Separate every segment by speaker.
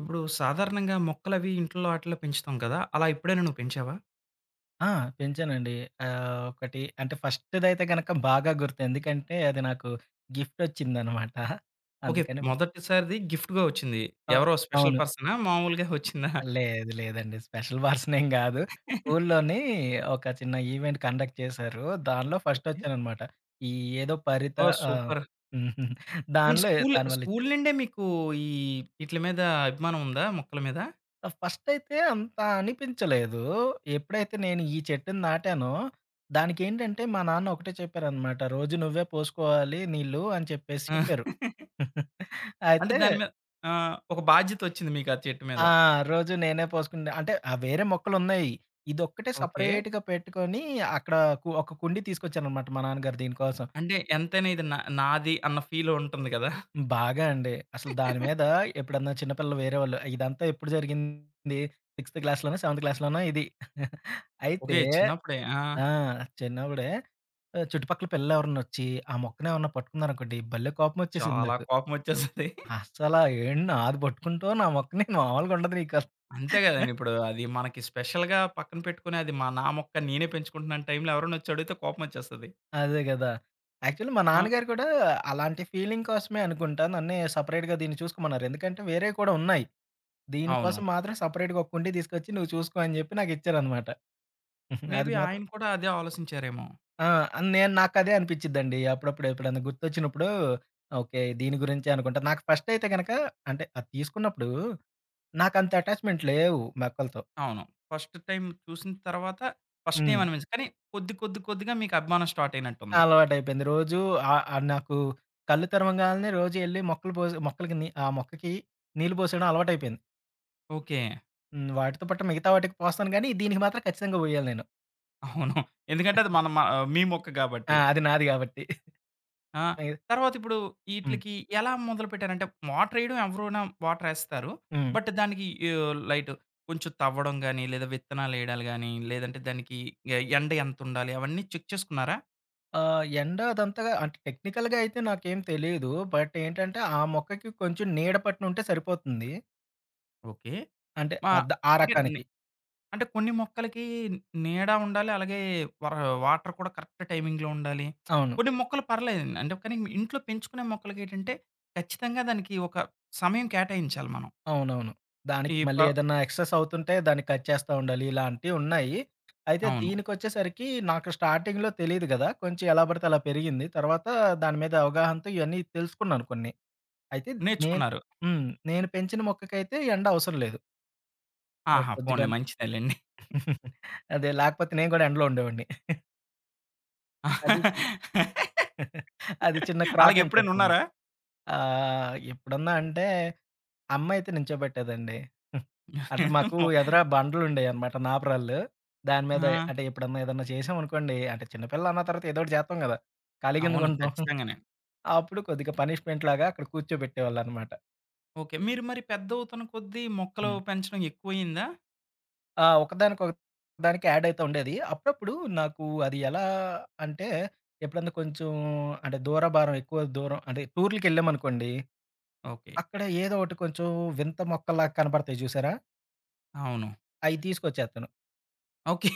Speaker 1: ఇప్పుడు సాధారణంగా మొక్కలవి ఇంట్లో ఆటిల్లో పెంచుతాం కదా! అలా ఎప్పుడైనా నువ్వు పెంచావా?
Speaker 2: ఆ! పెంచానండి. ఒకటి అంటే ఫస్ట్‌దైతే గనక బాగా గుర్తు. ఎందుకంటే అది నాకు గిఫ్టొచ్చిందనమాట.
Speaker 1: ఓకే.
Speaker 2: అందుకని
Speaker 1: మొదటిసారిది గిఫ్ట్‌గా వచ్చింది. ఎవరో స్పెషల్
Speaker 2: అవును.
Speaker 1: పర్సనా? మామూలుగా వచ్చిందా?
Speaker 2: లేదు లేదండి. స్పెషల్ పర్సనేం గాదు. స్కూల్లోని ఒక చిన్న ఈవెంట్ కండక్ట్ చేశారు. దానిలో
Speaker 1: ఓకే.
Speaker 2: ఫస్టొచ్చాననమాట. ఈ ఏదో పరిత
Speaker 1: ఓహ్!
Speaker 2: ఆ! హుహు.
Speaker 1: సూపర్. మీరు స్కూల్
Speaker 2: దానివల్ల
Speaker 1: స్కూల్ నుండే మీకు ఈ ఈట్లి మీద అభిమానం ఉందా? మొక్కల మీద?
Speaker 2: ఫస్ట్ అయితే అంత అనిపించలేదు. ఎప్పుడైతే నేను ఈ చెట్టుని నాటానో, దానికేంటంటే మా నాన్న ఒకటే చెప్పారనమాట. "రోజు నువ్వే పోసుకోవాలి నీళ్ళు" అని చెప్పేసి
Speaker 1: ఆ!
Speaker 2: చెప్పారు.
Speaker 1: అంటే
Speaker 2: అయితే
Speaker 1: దాని మీద ఒక బాధ్యతొచ్చింది మీకు ఆ చెట్టు మీద.
Speaker 2: ఆ! రోజు నేనే పోసుకునే అంటే వేరే మొక్కలున్నాయి. ఇదొక్కటే
Speaker 1: ఓకే.
Speaker 2: సెపరేట్‌గా పెట్టుకొని అక్కడ కు ఒక కుండీ తీసుకొచ్చారనమాట మా నాన్నగారు దీనికోసం.
Speaker 1: అంటే ఎంతైనా ఇది నాది అన్న ఫీల్ ఉంటుంది కదా!
Speaker 2: బాగా అండి. అసలు దాని మీద ఎప్పుడన్నా చిన్నపిల్లలు వేరేవాళ్ళు ఇదంతా ఎప్పుడు జరిగింది? సిక్స్త్ క్లాస్‌లోనో, సెవెంత్ క్లాస్‌లోనో ఇది. అయితే
Speaker 1: ఓకే. చిన్నప్పుడే. ఆ!
Speaker 2: ఆ! చిన్నప్పుడే చుట్టుపక్కల పిల్లలెవరన్నొచ్చి ఆ మొక్కనేమన్నా పట్టుకున్నారనుకోండి, భలే కోపమొచ్చేసిద్ది
Speaker 1: చాలా
Speaker 2: నాకు.
Speaker 1: కోపమొచ్చేస్తది.
Speaker 2: అస్సలా ఏంటి నాది పట్టుకుంటావు, నా మొక్కని మామూలుగుండదు నీకు.
Speaker 1: అంతే గదండీ. ఇప్పుడు అది మనకి స్పెషల్‌గా పక్కన పెట్టుకొని అది నా మొక్క నేనే పెంచుకుంటున్నాను టైంలో ఎవరైనొచ్చి అడిగితే కోపమొచ్చేస్తది.
Speaker 2: అదే గదా! యాక్చువల్లీ మా
Speaker 1: ఆ!
Speaker 2: నాన్నగారు కూడా అలాంటి ఫీలింగ్ కోసమే అనుకుంటా నన్నే సెపరేట్‌గా దీన్ని చూసుకోమన్నారు. ఎందుకంటే వేరేయి కూడా ఉన్నాయి.
Speaker 1: అవును.
Speaker 2: దీనికోసం మాత్రం సెపరేట్‌గా ఒక కుండీ తీసుకొచ్చి నువ్వు చూసుకో అని జెప్పి నాకిచ్చారనమాట. అది
Speaker 1: మేబీ
Speaker 2: మాత్రం
Speaker 1: ఆయన కూడా అదే ఆలోచించారేమో!
Speaker 2: ఆ! నేను నాకదే అనిపిచ్చిద్దండి. అప్పుడప్పుడు ఎప్పుడన్నా గుర్తొచ్చినప్పుడు ఓకే. దీని గురించే అనుకుంటా. నాకు ఫస్ట్ అయితే గనక అంటే అది తీసుకున్నప్పుడు నాకంత అటాచ్‌మెంట్ లేవు మొక్కలతో.
Speaker 1: అవును. ఫస్ట్ టైమ్ చూసిన తర్వాత ఫస్ట్
Speaker 2: హ్మ్.
Speaker 1: ఏమనిపించదు. కానీ కొద్ది కొద్ది కొద్దిగా మీకు అభిమానం స్టార్ట్ అయినట్టుంది.
Speaker 2: అలవాటయిపోయింది. రోజు ఆహ్, ఆహ్, నాకు కళ్ళు తెరవంగాల్నే రోజు ఎళ్లి మొక్కలు పోసి మొక్కలకి నీ ఆ మొక్కకి నీళ్ళు పోసేయడం అలవాటయిపోయింది.
Speaker 1: ఓకే.
Speaker 2: హ్మ్. వాటితో పాటు మిగతా వాటికి పోస్తాను గానీ, దీనికి మాత్రం ఖచ్చితంగా పోయాలి నేను.
Speaker 1: అవును. ఎందుకంటే అది మన మ మీ మొక్క
Speaker 2: ఆ!
Speaker 1: గాబట్టి.
Speaker 2: అది నాది గాబట్టి.
Speaker 1: ఆ!
Speaker 2: మిగ
Speaker 1: తర్వాతిప్పుడు
Speaker 2: హ్మ్.
Speaker 1: ఈట్లికి ఎలా మొదలుపెట్టారంటే, వాటరేయడం ఎవరైనా వాటరేస్తారు.
Speaker 2: హ్మ్.
Speaker 1: బట్ దానికి లైట్ కొంచెం తవ్వడం గానీ, లేదా విత్తనాలేయడాలు గానీ, లేదంటే దానికి ఎండ ఎంతుండాలి అవన్నీ చెక్ చేసుకున్నారా?
Speaker 2: ఎండ అదంతగా అంటే టెక్నికల్‌గా అయితే నాకేం తెలీదు. బట్ ఏంటంటే, ఆ మొక్కకి కొంచెం నీడ పట్టునుంటే సరిపోతుంది.
Speaker 1: ఓకే.
Speaker 2: అంటే
Speaker 1: మా
Speaker 2: ఆ
Speaker 1: అంటే నే
Speaker 2: రకానికి.
Speaker 1: అంటే కొన్ని మొక్కలకి నీడ ఉండాలి. అలాగే వర వాటర్ కూడా కరెక్ట్ టైమింగ్‌లో ఉండాలి.
Speaker 2: అవును.
Speaker 1: కొన్ని మొక్కలు పర్లేదండి. అంటే కానీ ఇంట్లో పెంచుకునే మొక్కలకేంటంటే, ఖచ్చితంగా దానికి ఒక సమయం కేటాయించాలి మనం.
Speaker 2: అవునవును. దానికి
Speaker 1: ఈ
Speaker 2: మళ్ళీ
Speaker 1: ప
Speaker 2: ఏదన్నా ఎక్సెస్ అవుతుంటే దాన్ని కట్ చేస్తా ఉండాలి. ఇలాంటివున్నాయి. అయితే
Speaker 1: అవును.
Speaker 2: దీనికొచ్చేసరికి నాకు స్టార్టింగ్‌లో తెలీదు గదా! కొంచెం ఎలా పడితే అలా పెరిగింది. తర్వాత దాని మీద అవగాహనతో ఇవన్నీ తెలుసుకున్నాను కొన్ని. అయితే నేను
Speaker 1: నేర్చుకున్నారు.
Speaker 2: హ్మ్. నేను పెంచిన మొక్కకైతే ఎండ అవసరం లేదు.
Speaker 1: ఆహా!
Speaker 2: కొద్దిగా
Speaker 1: పోన్లే మంచిదేలెండి.
Speaker 2: అదే లేకపోతే నేను గూడా ఎండలో ఉండేవాడిని. అది చిన్న అది చిన్న క్రాటన్
Speaker 1: అలాగెప్పుడైనా
Speaker 2: టైపనమాట.
Speaker 1: ఉన్నారా?
Speaker 2: ఎప్పుడన్నా అంటే, అమ్మయితే నించోబెట్టేదండి. అంటే, మాకు
Speaker 1: మొ
Speaker 2: ఎదుర బండలుండేయనమాట నాపరాళ్ళు. దాని మీద
Speaker 1: ఆ!
Speaker 2: అంటే, ఎప్పుడన్నా ఏదన్నా చేశామనుకోండి, అంటే చిన్నపిల్ల అన్న తర్వాత ఏదోకటి జేత్తాం గదా!
Speaker 1: అవును.
Speaker 2: ఖాళీగెందుకుంటాం.
Speaker 1: ఖచ్చితంగానే.
Speaker 2: అప్పుడు కొద్దిగా పనిష్‌మెంట్ లాగా అక్కడ కూర్చోబెట్టేవాళ్ళనమాట.
Speaker 1: ఓకే. మీరు మరి పెద్దవుతున్న కొద్దీ మొక్కలు
Speaker 2: హ్మ్.
Speaker 1: పెంచడం ఎక్కువయిందా?
Speaker 2: ఆ! ఒకదానికొక దానికి యాడయితా ఉండేది. అప్పుడప్పుడు నాకు అది ఎలా అంటే, ఎప్పుడన్నా కొంచెం అంటే, ఎక్కువ దూరం అంటే, టూర్‌లకెళ్ళామనుకోండి
Speaker 1: ఓకే.
Speaker 2: అక్కడ ఏదో ఒకటి కొంచెం వింత మొక్కల్లా కనపడతాయి చూసారా?
Speaker 1: అవును.
Speaker 2: అయి తీసుకొచ్చేత్తాను.
Speaker 1: ఓకే.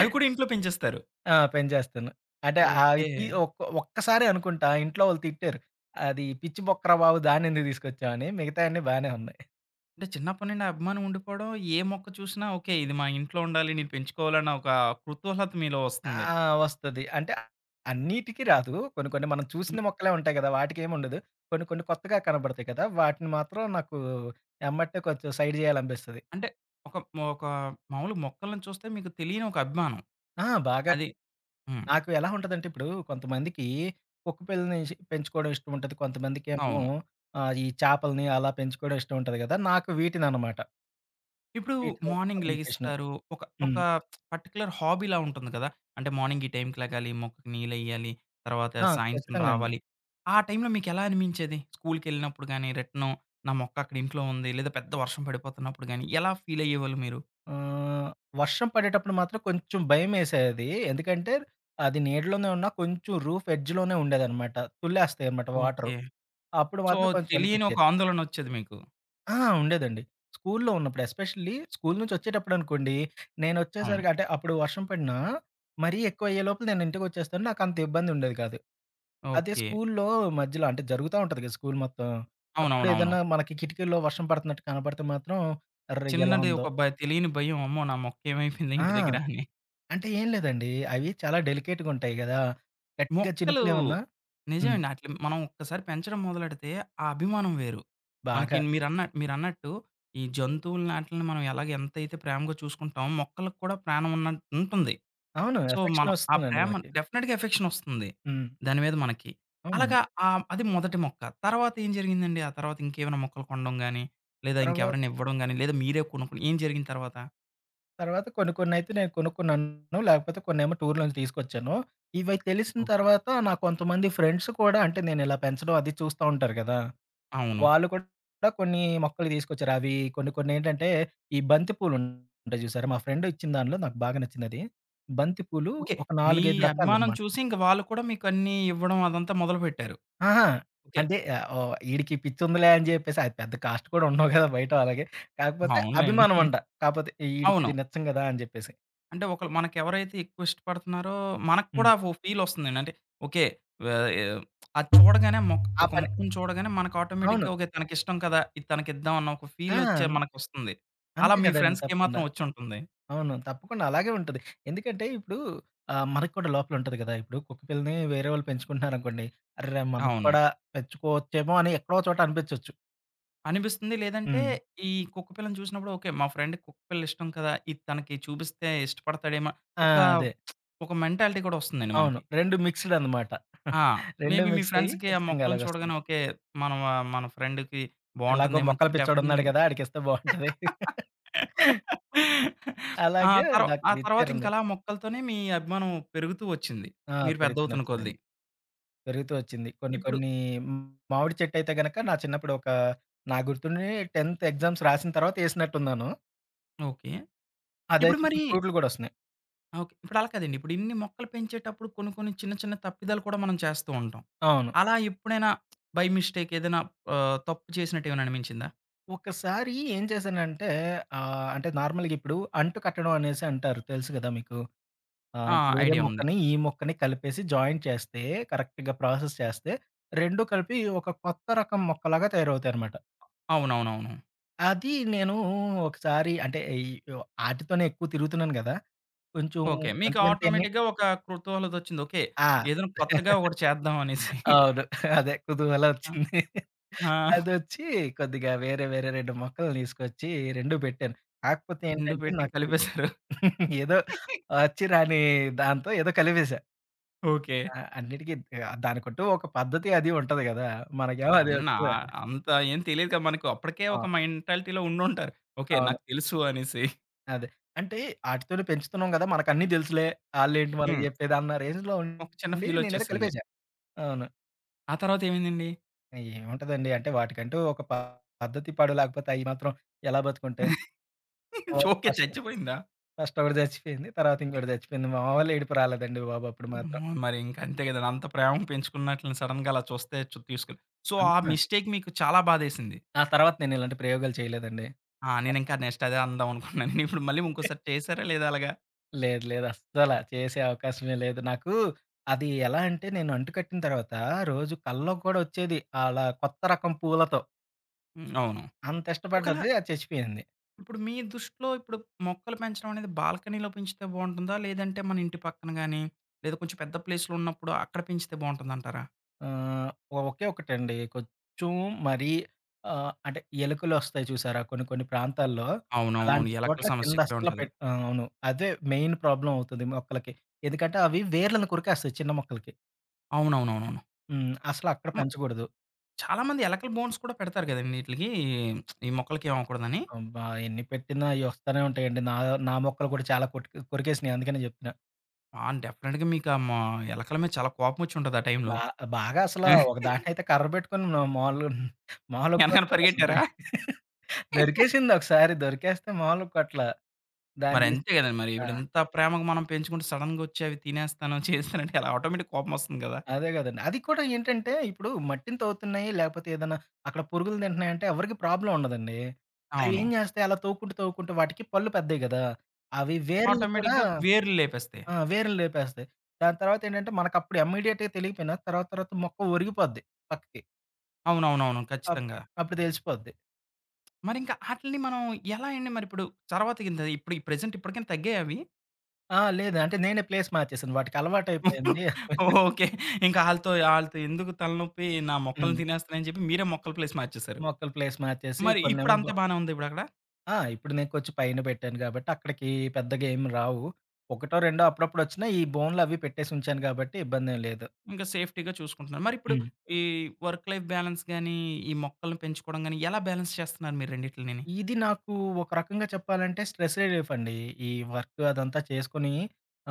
Speaker 1: అవి కూడా ఇంట్లో పెంచేస్తారు.
Speaker 2: ఆ! పెంచేస్తాను. అంటే అవి
Speaker 1: ఓకే.
Speaker 2: ఒక్కసారే అనుకుంటా ఇంట్లో వాళ్ళు తిట్టారు. "అది పిచ్చి మొక్కరా బాబు! దాన్నెందుకు తీసుకొచ్చావు" అని. మిగతాయన్నీ బానే ఉన్నాయి.
Speaker 1: అంటే చిన్నప్పటి నుండి ఆ అభిమానం ఉండిపోవడం, ఏ మొక్క చూసినా ఓకే. ఇది మా ఇంట్లో ఉండాలి, నేను పెంచుకోవాలన్న ఒక కుతూహలత మీలో
Speaker 2: ఆ!
Speaker 1: వస్తుంది.
Speaker 2: వస్తది. అంటే అన్నిటికి రాదు. కొన్ని కొన్ని మనం చూసిన
Speaker 1: హ్మ్.
Speaker 2: మొక్కలే ఉంటాయి కదా! వాటికేముండదు. కొన్ని కొన్ని కొత్తగా కనపడతాయి కదా! వాటిని మాత్రం నాకు ఎమ్మటే కొంచెం సైడ్ చేయాలనిపిస్తది.
Speaker 1: అంటే ఒక ఒక మామూలుగా మొక్కలను చూస్తే మీకు తెలియని ఒక అభిమానం.
Speaker 2: ఆ! బాగా.
Speaker 1: అది. హ్మ్.
Speaker 2: నాకు ఎలా ఉంటదంటే ఇప్పుడు కొంతమందికి కుక్క పిల్లని పెంచుకోవడం ఇష్టం ఉంటది. కొంతమందికేమో
Speaker 1: అవును.
Speaker 2: ఈ చేపల్ని అలా పెంచుకోవడం ఇష్టం ఉంటది గదా! నాకు వీటిననమాట.
Speaker 1: ఇప్పుడు
Speaker 2: వీటితో
Speaker 1: మార్నింగ్
Speaker 2: కమ్యూనికేషను.
Speaker 1: లెగిస్తారు. ఒక ఒక
Speaker 2: హ్మ్.
Speaker 1: పర్టిక్యులర్ హాబీలా ఉంటుంది కదా! అంటే మార్నింగ్ ఈ టైంకి లెగాలి, మొక్కకి నీళ్లెయ్యాలి, తర్వాత
Speaker 2: ఆ!
Speaker 1: సాయంత్రం
Speaker 2: ఖచ్చితంగా అండి.
Speaker 1: రావాలి. ఆ టైంలో మీకెలా అనిపించేది? స్కూలుకెళ్ళినప్పుడు గాని, నా మొక్క అక్కడ ఇంట్లో ఉంది, లేదా పెద్ద వర్షం పడిపోతున్నప్పుడు గాని, ఎలా ఫీల్ అయ్యేవాళ్ళు మీరు?
Speaker 2: ఆహ్, వర్షం పడేటప్పుడు మాత్రం కొంచెం భయమేసేది. ఎందుకంటే అది నీడలోనే ఉన్నా కొంచెం రూఫ్ ఎడ్జ్‌లోనే ఉండేదనమాట. తుల్లేస్తాయన్నమాట వాటరు.
Speaker 1: ఓకే.
Speaker 2: అప్పుడు
Speaker 1: సో,
Speaker 2: మాత్రం కొంచెం
Speaker 1: తెలియని ఒక
Speaker 2: అనిపిచ్చేది.
Speaker 1: ఆందోళనొచ్చేది మీకు.
Speaker 2: ఆ! ఉండేదండి. స్కూల్లో ఉన్నప్పుడు ఎస్పెషల్లీ స్కూలు నుంచొచ్చేటప్పుడనుకోండి,
Speaker 1: అవును.
Speaker 2: నేనొచ్చేసరికి అంటే అప్పుడు వర్షం పడినా, మరీ ఎక్కువయ్యే లోపల నేను ఇంటికొచ్చేస్తాను. నాకంత ఇబ్బందుండేది కాదు. అదే
Speaker 1: ఓకే.
Speaker 2: స్కూల్లో మధ్యలో అంటే జరుగుతా ఉంటది కదా! స్కూలు మొత్తం.
Speaker 1: అవునవునవును.
Speaker 2: అప్పుడేదన్నా మనకి కిటికీల్లో వర్షం పడుతున్నట్టు కనపడితే మాత్రం అర్రె! ఎలా
Speaker 1: చిన్నది
Speaker 2: ఉందో
Speaker 1: ఒక బ తెలియని భయం. అమ్మో! నా మొక్కేమైపోయింది
Speaker 2: ఆ!
Speaker 1: ఇంటి దగ్గర అని.
Speaker 2: అంటే ఏం లేదండి. అవి చాలా డెలికేట్‌గుంటాయి గదా! గట్టిగా
Speaker 1: మొక్కలు
Speaker 2: చినుకులేమన్నా హ్మ్.
Speaker 1: నిజమండి. ఆటిలిని మనం ఒక్కసారి పెంచడం మొదలెడితే ఆ అభిమానం వేరు. మనకి
Speaker 2: బాగా.
Speaker 1: మీరన్నట్టు ఈ జంతువులని ఆటిలిని మనం ఎంతైతే ప్రేమగా చూసుకుంటామో మొక్కలకు కూడా ప్రాణం ఉన్నట్టు ఉంటుంది.
Speaker 2: అవును.
Speaker 1: సో,
Speaker 2: ఎఫెక్షన్
Speaker 1: మనం ఆ
Speaker 2: ఒస్తుందండి
Speaker 1: ప్రేమ
Speaker 2: మనకి.
Speaker 1: డెఫినిట్‌గా ఎఫెక్షన్ ఒస్తుంది.
Speaker 2: హ్మ్.
Speaker 1: దాని మీద మనకి. అలాగా
Speaker 2: అవునండి.
Speaker 1: అది మొదటి మొక్క. తర్వాత ఏం జరిగిందండి? ఆ తర్వాత ఇంకేమైనా మొక్కలు కొనడం గాని, లేదా
Speaker 2: తర్వా
Speaker 1: ఇంకెవరైనా ఇవ్వడం గాని, లేదా మీరే కొనుక్కుని ఏం జరిగింది తర్వాత?
Speaker 2: తర్వాత కొన్ని కొన్నయితే నేను కొనుక్కున్నాను. లేకపోతే కొన్నేమో టూర్ నుంచి తీసుకొచ్చాను. ఇవి తెలిసిన
Speaker 1: ఓకే.
Speaker 2: తర్వాత నా కొంతమంది ఫ్రెండ్స్ కూడా అంటే నేను ఇలా పెంచడం అది చూస్తా ఉంటారు కదా!
Speaker 1: అవును.
Speaker 2: వాళ్ళు కూడా కొన్ని మొక్కలు తీసుకొచ్చారు. అవి కొన్ని కొన్ని ఏంటంటే ఈ బంతి పూలుంటాయి చూసారా? మా ఫ్రెండ్ ఇచ్చిన దానిలో నాకు బాగా నచ్చిందది. బంతి పూలు
Speaker 1: ఓకే.
Speaker 2: ఒక
Speaker 1: మీ
Speaker 2: 4, 5
Speaker 1: అభిమానం
Speaker 2: రకాలన్నమాట.
Speaker 1: చూసి ఇంక వాళ్ళు కూడా మీకన్నీ ఇవ్వడం అదంతా మొదలుపెట్టారు.
Speaker 2: అహా!
Speaker 1: ఓకే.
Speaker 2: అంటే ఓహ్! ఈడికి పిచ్చుందిలే అని చెప్పేసి అది పెద్ద కాస్ట్ కూడా ఉండవు కదా! బయట అలాగే. కాకపోతే
Speaker 1: అవునులేండి.
Speaker 2: అభిమానమంట. కాపోతే
Speaker 1: అవును.
Speaker 2: ఈడికిది నచ్చం కదా! అని చెప్పేసి.
Speaker 1: అంటే ఒకళ్ళు మనకెవరైతే ఎక్కువ ఇష్టపడుతున్నారో మనకు కూడా
Speaker 2: హ్మ్.
Speaker 1: ఓ ఫీలొస్తుందండి. అంటే ఓకే. వే అది చూడగానే
Speaker 2: ఆ
Speaker 1: ఒక
Speaker 2: పని
Speaker 1: మొక్కని చూడగానే మనకు
Speaker 2: అవును.
Speaker 1: ఆటోమేటిక్‌గా ఓకే. తనకిష్టం కదా! ఇది తనకిద్దాం అన్న ఒక
Speaker 2: ఆ!
Speaker 1: మనకొస్తుంది. అలా
Speaker 2: అంతే
Speaker 1: మీ
Speaker 2: కదండీ!
Speaker 1: ఫ్రెండ్స్‌కి
Speaker 2: తప్పకుండా.
Speaker 1: ఏమాత్రం వచ్చుంటుంది.
Speaker 2: అవును. తప్పకుండా అలాగే ఉంటది. ఎందుకంటే ఇప్పుడు మనకు కూడా లోపల ఉంటది కదా! ఇప్పుడు కుక్క పిల్లని వేరే వాళ్ళు పెంచుకుంటున్నారనుకోండి. అర్రె! మనకు
Speaker 1: అవును.
Speaker 2: కూడా పెంచుకోవచ్చేమో అని ఎక్కడో చోట అనిపించొచ్చు.
Speaker 1: అనిపిస్తుంది. లేదంటే
Speaker 2: హ్మ్.
Speaker 1: ఈ కుక్క పిల్లని చూసినప్పుడు ఓకే. మా ఫ్రెండ్‌కి కుక్క పిల్ల ఇష్టం కదా! ఇది తనకి చూపిస్తే ఇష్టపడతాడేమో
Speaker 2: ఆ!
Speaker 1: ఒక
Speaker 2: అదే.
Speaker 1: ఒక మెంటాలిటీ కూడా వస్తుందండి
Speaker 2: అవును.
Speaker 1: మనకి.
Speaker 2: 2 మిక్స్‌డ్ అనమాట. 2
Speaker 1: ఆ! మేబీ మీ
Speaker 2: మిక్స్ అయ్యి
Speaker 1: ఫ్రెండ్స్‌కి ఆ
Speaker 2: ఖచ్చితంగా
Speaker 1: మొక్కల్ని
Speaker 2: అలాగొస్తది.
Speaker 1: చూడగానే ఓకే. మనం మన ఫ్రెండ్‌కి
Speaker 2: ఎలాగో
Speaker 1: బావుంటుందేమో అని
Speaker 2: మొక్కల
Speaker 1: చెప్పి డెఫినెట్‌గా
Speaker 2: పిచ్చోడున్నాడు
Speaker 1: మీరు
Speaker 2: కదా! ఆడికిస్తే బావుంటది.
Speaker 1: ఆ!
Speaker 2: అలాగే నాకు
Speaker 1: ఆ
Speaker 2: ఇది
Speaker 1: తర్వాత ఇంక
Speaker 2: ఇచ్చారనమాట.
Speaker 1: అలా మొక్కలతోనే మీ అభిమానం పెరుగుతూ వచ్చింది.
Speaker 2: ఆ!
Speaker 1: మీరు
Speaker 2: పెరుగుతూ
Speaker 1: పెద్దవుతున్న
Speaker 2: నచ్చిందండి.
Speaker 1: కొద్దీ.
Speaker 2: పెరుగుతూ వచ్చింది. కొన్ని
Speaker 1: ఇప్పుడు
Speaker 2: కొన్ని మ్, మామిడి చెట్టయితే గనక నా చిన్నప్పుడు ఒక నాకు గుర్తుండి 10థ్ ఎగ్జామ్స్ రాసిన తర్వాత ఏసినట్టున్నాను.
Speaker 1: ఓకే. ఇప్పుడు
Speaker 2: అదైతే
Speaker 1: మరి
Speaker 2: ఇప్పుడు ఫ్రూట్లు గూడా ఒస్తున్నాయి.
Speaker 1: ఓకే. ఇప్పుడు అలా కాదండి. ఇప్పుడు ఇన్ని మొక్కలు పెంచేటప్పుడు కొన్ని కొన్ని చిన్న చిన్న తప్పిదాలు కూడా మనం చేస్తూ ఉంటాం.
Speaker 2: అవును.
Speaker 1: అలా ఎప్పుడైనా బై మిస్టేక్ ఏదైనా తప్పు చేసినట్టు ఏమైనా అనిపించిందా?
Speaker 2: ఒకసారి ఏం చేశానంటే అంటే నార్మల్‌గా ఇప్పుడు అంటు కట్టడం అనేసి అంటారు. తెలుసు గదా మీకు.
Speaker 1: ఆ!
Speaker 2: అంటే వేరే
Speaker 1: ఐడియా ఉంది.
Speaker 2: మొక్కని, ఈ మొక్కని కలిపేసి జాయిన్ చేస్తే కరెక్ట్‌గా ప్రాసెస్ చేస్తే 2 కలిపి ఒక కొత్త రకం మొక్కలాగా తయారవుతాయన్నమాట.
Speaker 1: అవునవునవును.
Speaker 2: అది నేను ఒకసారి అంటే ఈ ఆటితోనే ఎక్కువ తిరుగుతున్నాను గదా! కొంచెం
Speaker 1: ఓకే. మీకు
Speaker 2: వింతయన్ని
Speaker 1: ఆటోమేటిక్‌గా ఒక కుతూహలతొచ్చింది. ఓకే.
Speaker 2: ఆ!
Speaker 1: ఏదైనా కొత్తగా ఒకటి చేద్దాం అనేసి.
Speaker 2: అవును. అదే కుతూహలం ఒచ్చింది.
Speaker 1: ఆ!
Speaker 2: అదొచ్చి కొద్దిగా వేరే 2 మొక్కలు తీసుకొచ్చి 2 పెట్టాను. కాకపోతే ఏంటంటే
Speaker 1: ఎండుపెట్టి
Speaker 2: నాకు
Speaker 1: కలిపేశారు.
Speaker 2: ఏదో ఒచ్చి రాని దాంతో ఏదో కలిపేశా.
Speaker 1: ఓకే.
Speaker 2: ఆ! అన్నిటికి దానికంటూ ఒక పద్ధతి అది ఉంటది గదా! మనకేమో అది
Speaker 1: అవునా!
Speaker 2: ఒచ్చేదాకా.
Speaker 1: అంత ఏం తెలీదు కదా! మనకు అప్పటికే
Speaker 2: ఆ!
Speaker 1: ఒక మెంటాలిటీలో ఉండుంటారు. ఓకే.
Speaker 2: అవును.
Speaker 1: నాకు తెలుసు అనేసి.
Speaker 2: అదే. అంటే ఆటితోనే పెంచుతున్నాం గదా! మనకన్నీ తెలుసులే. ఆళ్ళేంటి మనకు
Speaker 1: హ్మ్.
Speaker 2: జెప్పేది అన్న రేంజ్‌లో
Speaker 1: ఒక చిన్న
Speaker 2: ఉండి నేనేదో
Speaker 1: ఫీలొచ్చేసింది.
Speaker 2: కలిపేశా. అవును.
Speaker 1: ఆ తర్వాత ఏమైందండి?
Speaker 2: ఏముంటదండి. అంటే వాటికంటూ ఒక పద్ధతి పాడు లేకపోతే అయి మాత్రం ఎలా బతుకుంటాయి. ఓహ్!
Speaker 1: ఓకే.
Speaker 2: ఫస్ట్
Speaker 1: చచ్చిపోయిందా?
Speaker 2: ఫస్ట్ ఒకటి చచ్చిపోయింది. తర్వాత ఇంకోటి చచ్చిపోయింది. మామూలు ఏడుపు రాలేదండి బాబు అప్పుడు మాత్రం.
Speaker 1: హ్మ్. మరి ఇంక అంతే కదండీ. అంత ప్రేమ పెంచుకున్నట్లని సడెన్‌గా అలా చూస్తే తీసుకెళ్ళి సో, ఆ
Speaker 2: హ్మ్.
Speaker 1: మిస్టేక్ మీకు చాలా బాధేసింది.
Speaker 2: ఆ తర్వాత నేను ఇలాంటి ప్రయోగాలు చేయలేదండి.
Speaker 1: ఆ! నేనింకా నెక్స్ట్ అదే అందాం అనుకున్నాను. ఇప్పుడు మళ్ళీ ఇంకోసారి చేశారా లేదా అలాగా?
Speaker 2: లేదు. లేదు. అస్సల చేసే అవకాశమే లేదు. నాకు అది ఎలా అంటే నేను అంటుకట్టిన తర్వాత రోజు కల్లోకి కూడా వచ్చేది. అలా కొత్త రకం పూలతో.
Speaker 1: హ్మ్. అవును.
Speaker 2: అంత
Speaker 1: ఒకలా
Speaker 2: ఇష్టపడ్డది అది చచ్చిపోయింది.
Speaker 1: ఇప్పుడు మీ దృష్టిలో ఇప్పుడు మొక్కలు పెంచడం అనేది బాల్కనీలో పెంచితే బావుంటుందా? లేదంటే మన ఇంటి పక్కన గాని, లేదా కొంచెం పెద్ద ప్లేస్‌లో ఉన్నప్పుడు అక్కడ పెంచితే బావుంటుందంటారా?
Speaker 2: ఆహ్, ఒకే ఒకటండి. కొంచెం మరీ అంటే ఎలుకలొస్తాయి చూసారా కొన్ని కొన్ని ప్రాంతాల్లో, హ్మ్.
Speaker 1: అవునవునవును.
Speaker 2: అలాంటి
Speaker 1: ఎలకల
Speaker 2: చోట్ల కింద
Speaker 1: సమస్య ఎక్కువే
Speaker 2: అస్సలు
Speaker 1: ఉంటది.
Speaker 2: ఆ! అవును. అదే మెయిన్ ప్రాబ్లమ్ అవుతది మొక్కలకి. ఎందుకంటే అవి వేర్లను కొరికేస్తాయి చిన్న మొక్కలకి.
Speaker 1: అవునవునవునవును.
Speaker 2: హ్మ్. అసలు అక్కడ
Speaker 1: హ్మ్.
Speaker 2: పెంచకూడదు.
Speaker 1: చాలా మంది ఎలకల బోన్స్ కూడా పెడతారు కదండీ! ఈటిలికి ఈ మొక్కలకేమవ్వకూడదని.
Speaker 2: అబ్బా! ఎన్ని పెట్టినా అయి వస్తానే ఉంటాయండి. నా నా మొక్కలు కూడా చాలా కొట్టు కొరికేసినాయి అందుకనే చెప్తున్నా.
Speaker 1: ఆ! డెఫినిట్‌గా మీకు ఆ మా ఎలకల మీద చాలా కోపమొచ్చుంటది ఆ
Speaker 2: బా
Speaker 1: టైంలో.
Speaker 2: బాగా అసలు ఒక దాన్నయితే కర్ర పెట్టుకొని మాములుగా మాములుగా
Speaker 1: ఎనకాల
Speaker 2: కొట్టలేదు అసలు.
Speaker 1: పరిగెట్టారా?
Speaker 2: దొరికేసింది ఒకసారి. దొరికేస్తే మాములుగా కొట్టల. దాన్ని
Speaker 1: మరి
Speaker 2: తీసి
Speaker 1: అంతే గదండీ! మరి
Speaker 2: ఆ!
Speaker 1: ఇప్పుడు ఇంత ప్రేమగా మనం పెంచుకుంటే సడెన్‌గా ఒచ్చి అవి తినేస్తాను, చేస్తానంటే ఎలా ఆటోమేటిక్ కోపమొస్తుంది గదా!
Speaker 2: అదే గదండీ. అది కూడా ఏంటంటే, ఇప్పుడు మట్టిని తవ్వుతున్నాయి, లేపోతే ఏదన్నా అక్కడ పురుగులు తింటున్నాయంటే ఎవరికీ ప్రాబ్లమ్ ఉండదండి.
Speaker 1: అవును.
Speaker 2: అవేం జేస్తాయి అలా తవ్వుకుంటూ వాటికి పళ్ళు పెద్దయి గదా! అవి వేర్లు కూడా
Speaker 1: ఆటోమేటిక్‌గా వేర్లు లేపేస్తాయి.
Speaker 2: ఆ! వేర్లు లేపేస్తాయి. దాని తర్వాతేంటంటే, మనకప్పుడు ఇమ్మీడియేట్‌గా తెలియకపోయినా తర్వాత మొక్క ఒరిగిపోద్ది పక్కకి.
Speaker 1: అవునవునవును.
Speaker 2: అప్
Speaker 1: ఖచ్చితంగా.
Speaker 2: అప్పుడు తెలిసిపోద్ది.
Speaker 1: మరింక ఆటిలిని మనం ఎలా అండి మరిప్పుడు? తర్వాత ఇంత ఇప్పుడు ఈ ప్రెజెంట్ ఇప్పటికైనా తగ్గాయా అవి?
Speaker 2: ఆ! లేదు అంటే నేనే ప్లేస్ మార్చేసాను. వాటికి అలవాటయిపోయింది.
Speaker 1: ఓకే. ఇంకా ఆళ్ళతో ఆళ్ళతో ఎందుకు తలనొప్పి నా మొక్కల్ని
Speaker 2: హ్మ్.
Speaker 1: తినేస్తున్నాయని చెప్పి మీరే మొక్కల ప్లేస్ మార్చేసారు.
Speaker 2: మొక్కలు ప్లేస్ మార్చేసి
Speaker 1: మరి
Speaker 2: కొన్నేమో
Speaker 1: ఇప్పుడంతా బానే ఉందా ఇప్పుడక్కడ?
Speaker 2: ఆ! ఇప్పుడు నేను కొంచెం పైన పెట్టాను గాబట్టి, అక్కడికి పెద్దగా ఏమి రావు. ఒకటో, రెండో అప్పుడప్పుడొచ్చినా ఈ బోన్‌లవి పెట్టేసి ఉంచాను గాబట్టి ఇబ్బందేం లేదు.
Speaker 1: ఇంకా సేఫ్టీ‌గా చూసుకుంటున్నారు. మరిప్పుడు
Speaker 2: హ్మ్.
Speaker 1: ఈ వర్క్ లైఫ్ బ్యాలన్స్ గాని, ఈ మొక్కల్ని పెంచుకోవడం గాని ఎలా బ్యాలన్స్ చేస్తున్నారు మీరు రెండిట్లినిని?
Speaker 2: ఇది నాకు ఒక రకంగా చెప్పాలంటే స్ట్రెస్ రిలీఫ్ అండి. ఈ వర్క్ అదంతా చేసుకొని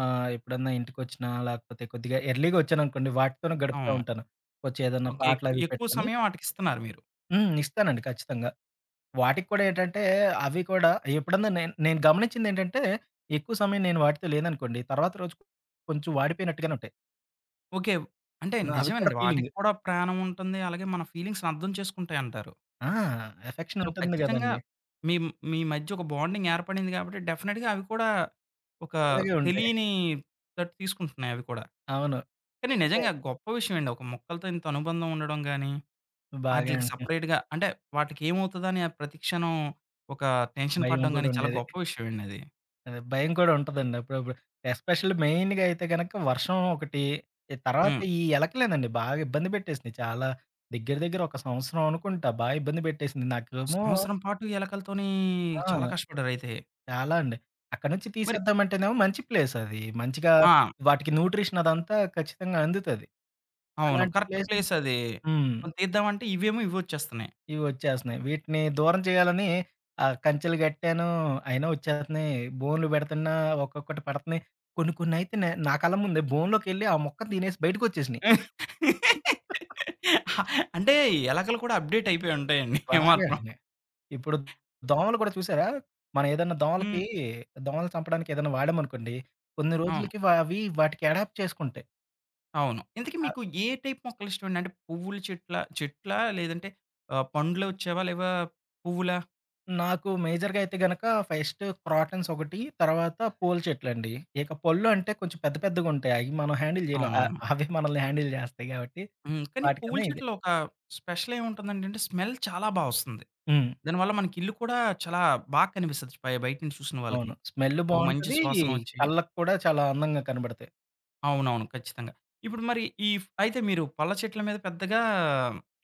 Speaker 2: ఎప్పుడన్నా ఇంటికొచ్చినా లేకపోతే కొద్దిగా ఎర్లీగా వచ్చాననుకోండి వాటితోనే గడుపుతా
Speaker 1: అవును.
Speaker 2: ఉంటాను. కొంచెం ఏదన్నా
Speaker 1: ఓకే.
Speaker 2: పాటలవి
Speaker 1: ఎక్కువ
Speaker 2: పెట్టుకొని
Speaker 1: సమయం ఆటికిస్తున్నారు మీరు.
Speaker 2: హ్మ్. ఇస్తానండి ఖచ్చితంగా. వాటికి కూడా ఏంటంటే అవి కూడా ఎప్పుడన్నా నేను నేను గమనించిందేంటంటే ఎక్కువ సమయం నేను వాటితో లేననుకోండి తర్వాత రోజు కొంచెం వాడిపోయినట్టుగానే ఉంటాయి.
Speaker 1: ఓకే. అంటే
Speaker 2: ఆ! అవి కూడా
Speaker 1: నిజమేనండి.
Speaker 2: ఫీలింగ్.
Speaker 1: వాటికి కూడా ప్రాణం ఉంటుంది. అలాగే మన ఫీలింగ్స్‌ని అర్థం చేసుకుంటాయంటారు.
Speaker 2: ఆ! ఎఫెక్షన్
Speaker 1: సో,
Speaker 2: ఉంటుంది
Speaker 1: ఖచ్చితంగా
Speaker 2: గదండీ!
Speaker 1: మీ మీ మధ్య ఒక బాండింగ్ ఏర్పడింది కాబట్టి డెఫినిట్‌గా అవి కూడా ఒక
Speaker 2: అలాగే ఉంటాయి.
Speaker 1: తెలియని తీసుకుంటున్నాయి అవి కూడా.
Speaker 2: అవును.
Speaker 1: కానీ
Speaker 2: అంటే
Speaker 1: నిజంగా గొప్ప విషయం అండి. ఒక మొక్కలతో ఇంత అనుబంధం ఉండడం గాని,
Speaker 2: బాగా
Speaker 1: ఆటిలికి
Speaker 2: ఉంటుంది.
Speaker 1: సెపరేట్‌గా అంటే వాటికి ఏమవుతదని ప్రతి క్షణం ఒక టెన్షన్
Speaker 2: భయం
Speaker 1: పడడం గాని
Speaker 2: గూడా
Speaker 1: చాలా
Speaker 2: ఉండేది.
Speaker 1: గొప్ప విషయం అండి అది.
Speaker 2: అదే భయం కూడా ఉంటదండి అప్పుడప్పుడు. ఎస్పెషల్లీ మెయిన్‌గా అయితే గనక వర్షం ఒకటి, ఈ తర్వాత
Speaker 1: హ్మ్.
Speaker 2: ఈ ఎలకలేనండి బాగా ఇబ్బంది పెట్టేసినియి. చాలా దగ్గర దగ్గర ఒక సంవత్సరం అనుకుంటా బాగా ఇబ్బంది పెట్టేసింది. నాకేమో
Speaker 1: సంవత్సరం పాటు ఎలకలతోని
Speaker 2: ఆ!
Speaker 1: చాలా కష్టపడ్డారయితే.
Speaker 2: చాలా అండి. అక్కడి నుంచి
Speaker 1: మరి
Speaker 2: తీసేద్దామంటేనేమో మంచి ప్లేస్ అది. మంచిగా
Speaker 1: ఆ!
Speaker 2: వాటికి న్యూట్రిషన్ అదంతా ఖచ్చితంగా అందుతది.
Speaker 1: అవును.
Speaker 2: అలాంటి
Speaker 1: కరెక్ట్
Speaker 2: ప్లేస్
Speaker 1: ప్లేస్
Speaker 2: నుంచి
Speaker 1: అది.
Speaker 2: హ్మ్.
Speaker 1: మనం తీద్దామంటే ఇవేమో ఇవొచ్చేస్తున్నాయి.
Speaker 2: ఇవి వచ్చేస్తున్నాయి. వీటిని దూరం చేయాలని కంచెలు గట్టాను. అయినా వచ్చేస్తున్నాయి. బోన్లు పెడుతున్నా ఒక్కొక్కటి పడుతున్నాయి. కొన్ని కొన్నయితే నా కళ్ళ ముందే బోన్‌లోకెళ్ళి ఆ మొక్కని తినేసి బయటికొచ్చేసినాయి.
Speaker 1: అంటే ఎలకలు కూడా అప్‌డేట్ అయిపోయి ఉంటాయండి
Speaker 2: బాగా
Speaker 1: ఏమాత్రం.
Speaker 2: అంటున్నాయి. ఇప్పుడు దోమలు కూడా చూసారా? మనం ఏదన్నా దోమలకి
Speaker 1: హ్మ్.
Speaker 2: దోమలు చంపడానికి ఏదైనా వాడామనుకోండి. కొన్ని
Speaker 1: అవును.
Speaker 2: రోజులకి అవి వాటికి అడాప్ట్ చేసుకుంటాయి.
Speaker 1: అవును. ఇంతకీ
Speaker 2: ఆహ్,
Speaker 1: మీకు ఏ టైప్ మొక్కలిష్టమండి? అంటే పువ్వుల చెట్లా చెట్లా? లేదంటే పండ్లు వచ్చేవా? లేవా పువ్వులా?
Speaker 2: నాకు మేజర్‌గా అయితే గనక ఫస్ట్ క్రాటన్స్ ఒకటి, తర్వాత పూల చెట్లండి. ఇక పళ్ళు అంటే కొంచెం పెద్ద పెద్దగుంటాయి. అయి మనం హ్యాండిల్ చేయలేం.
Speaker 1: అవునవును.
Speaker 2: అవే మనల్ని హ్యాండిల్ చేస్తాయి కాబట్టి
Speaker 1: హ్మ్. కానీ పువ్వుల
Speaker 2: వాటికన్నా ఇదే.
Speaker 1: చెట్లో ఒక స్పెషల్ ఏముంటుందండి అంటే స్మెల్ చాలా వస్తుంది.
Speaker 2: హ్మ్.
Speaker 1: దానివల్ల మనకి ఇల్లు కూడా చాలా కనిపిస్తది పై బయట నుంచి చూసిన వాళ్ళకి.
Speaker 2: అవును. స్మెల్
Speaker 1: ఒక మంచి
Speaker 2: బావుంటది.
Speaker 1: సువాసన వచ్చి
Speaker 2: కళ్ళకి కూడా చాలా అందంగా కనబడతాయి.
Speaker 1: అవునవును. ఖచ్చితంగా. ఇప్పుడు మరి ఈ ఫ్ అయితే మీరు పళ్ళ చెట్ల మీద పెద్దగా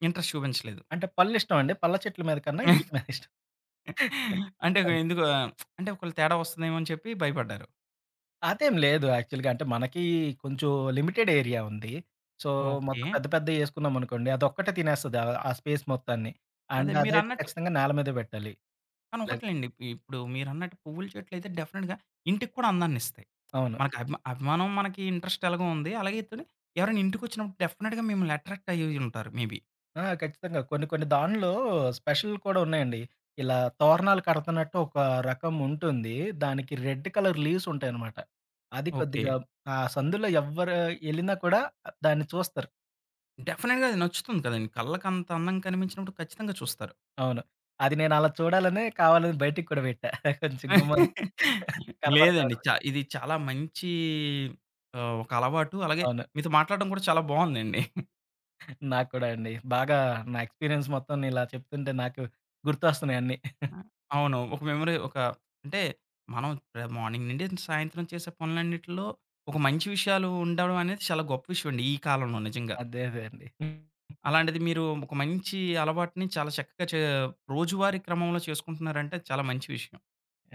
Speaker 1: ఇంట్రెస్ట్ చూపించలేదు.
Speaker 2: అంటే పళ్ళిష్టం అండి. పళ్ళ చెట్ల మీద కన్నా వీటి మీద ఇష్టం.
Speaker 1: అంటే
Speaker 2: అది.
Speaker 1: ఎందుకు అంటే ఒకవేళ తేడా వస్తుందేమో అని చెప్పి భయపడ్డారు.
Speaker 2: అదేం లేదు యాక్చువల్‌గా అంటే మనకి కొంచెం లిమిటెడ్ ఏరియా ఉంది. సో, మొత్తం
Speaker 1: ఓకే.
Speaker 2: పెద్ద పెద్దయి యేసుకున్నామనుకోండి అదొక్కటే తినేస్తది. ఆ ఆ స్పేస్ మొత్తాన్ని.
Speaker 1: అదే
Speaker 2: అండ్ అదైతే
Speaker 1: మీరన్నట్టు
Speaker 2: ఖచ్చితంగా నేల మీదే పెట్టాలి.
Speaker 1: కానీ
Speaker 2: ఇలాగ
Speaker 1: ఒకటిలెండి. ఇప్పుడు మీరన్నట్టు పువ్వుల చెట్లయితే డెఫినిట్‌గా ఇంటికి కూడా అందాన్నిస్తాయి.
Speaker 2: అవును.
Speaker 1: మనకి అభిమానం మనకి ఇంట్రెస్ట్ ఎలాగో ఉంది. అలాగే ఇతను ఎవరైనా ఇంటికొచ్చినప్పుడు డెఫినిట్‌గా మిమ్మల్ని అట్రాక్ట్ అయ్యి ఉంటారు మే బీ.
Speaker 2: ఆ! ఖచ్చితంగా. కొన్ని కొన్ని దానిలో స్పెషల్ కూడా ఉన్నాయండి. ఇలా తోరణాలు కడుతున్నట్టు ఒక రకం ఉంటుంది. దానికి రెడ్ కలర్ లీవ్స్ ఉంటాయనమాట. అది
Speaker 1: ఓకే.
Speaker 2: కొద్దిగా ఆ సందులో ఎవ్వరు ఎళ్ళినా కూడా దాన్ని చూస్తారు.
Speaker 1: డెఫినిట్‌గా అది నచ్చుతుంది కదండీ. కళ్ళకి అంత అందంగా కనిపించినప్పుడు ఖచ్చితంగా చూస్తారు.
Speaker 2: అవును. అది నేను అలా చూడాలనే కావాలని బయటికి కూడా పెట్టా. కొంచెం గుమ్మాలు కనపడతా
Speaker 1: లేదండి.
Speaker 2: ఉంటది.
Speaker 1: ఇది చాలా మంచి ఒక అలవాటు. అలాగే
Speaker 2: అవును.
Speaker 1: మీతో మాట్లాడడం కూడా చాలా బావుందండి.
Speaker 2: నాకు కూడా అండి. బాగా నా ఎక్స్‌పీరియన్స్ మొత్తం ఇలా చెప్తుంటే నాకు గుర్తొస్తున్నాయి అన్నీ.
Speaker 1: ఆ! అవును. ఒక మెమరీ. అంటే మనం మార్నింగ్ నుండి సాయంత్రం చేసే పనులన్నిటిలో ఒక మంచి విషయాలు ఉండడం అనేది చాలా గొప్ప విషయం అండి ఈ కాలంలో నిజంగా.
Speaker 2: అదే అదే అండి.
Speaker 1: అలాంటిది మీరు ఒక మంచి అలవాటుని చాలా చక్కగా రోజువారీ క్రమంలో చేసుకుంటున్నారంటే చాలా మంచి విషయం.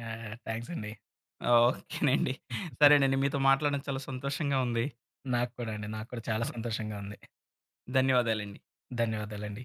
Speaker 2: యాహ్! యాహ్! థాంక్స్ అండి.
Speaker 1: ఆ, ఓకేనండి. సరేనండి. మీతో మాట్లాడడం చాలా సంతోషంగా ఉంది.
Speaker 2: నాకు కూడా అండి. నాకు కూడా చాలా
Speaker 1: ఓహ్!
Speaker 2: సంతోషంగా ఉంది.
Speaker 1: ధన్యవాదాలండి.
Speaker 2: ధన్యవాదాలండి.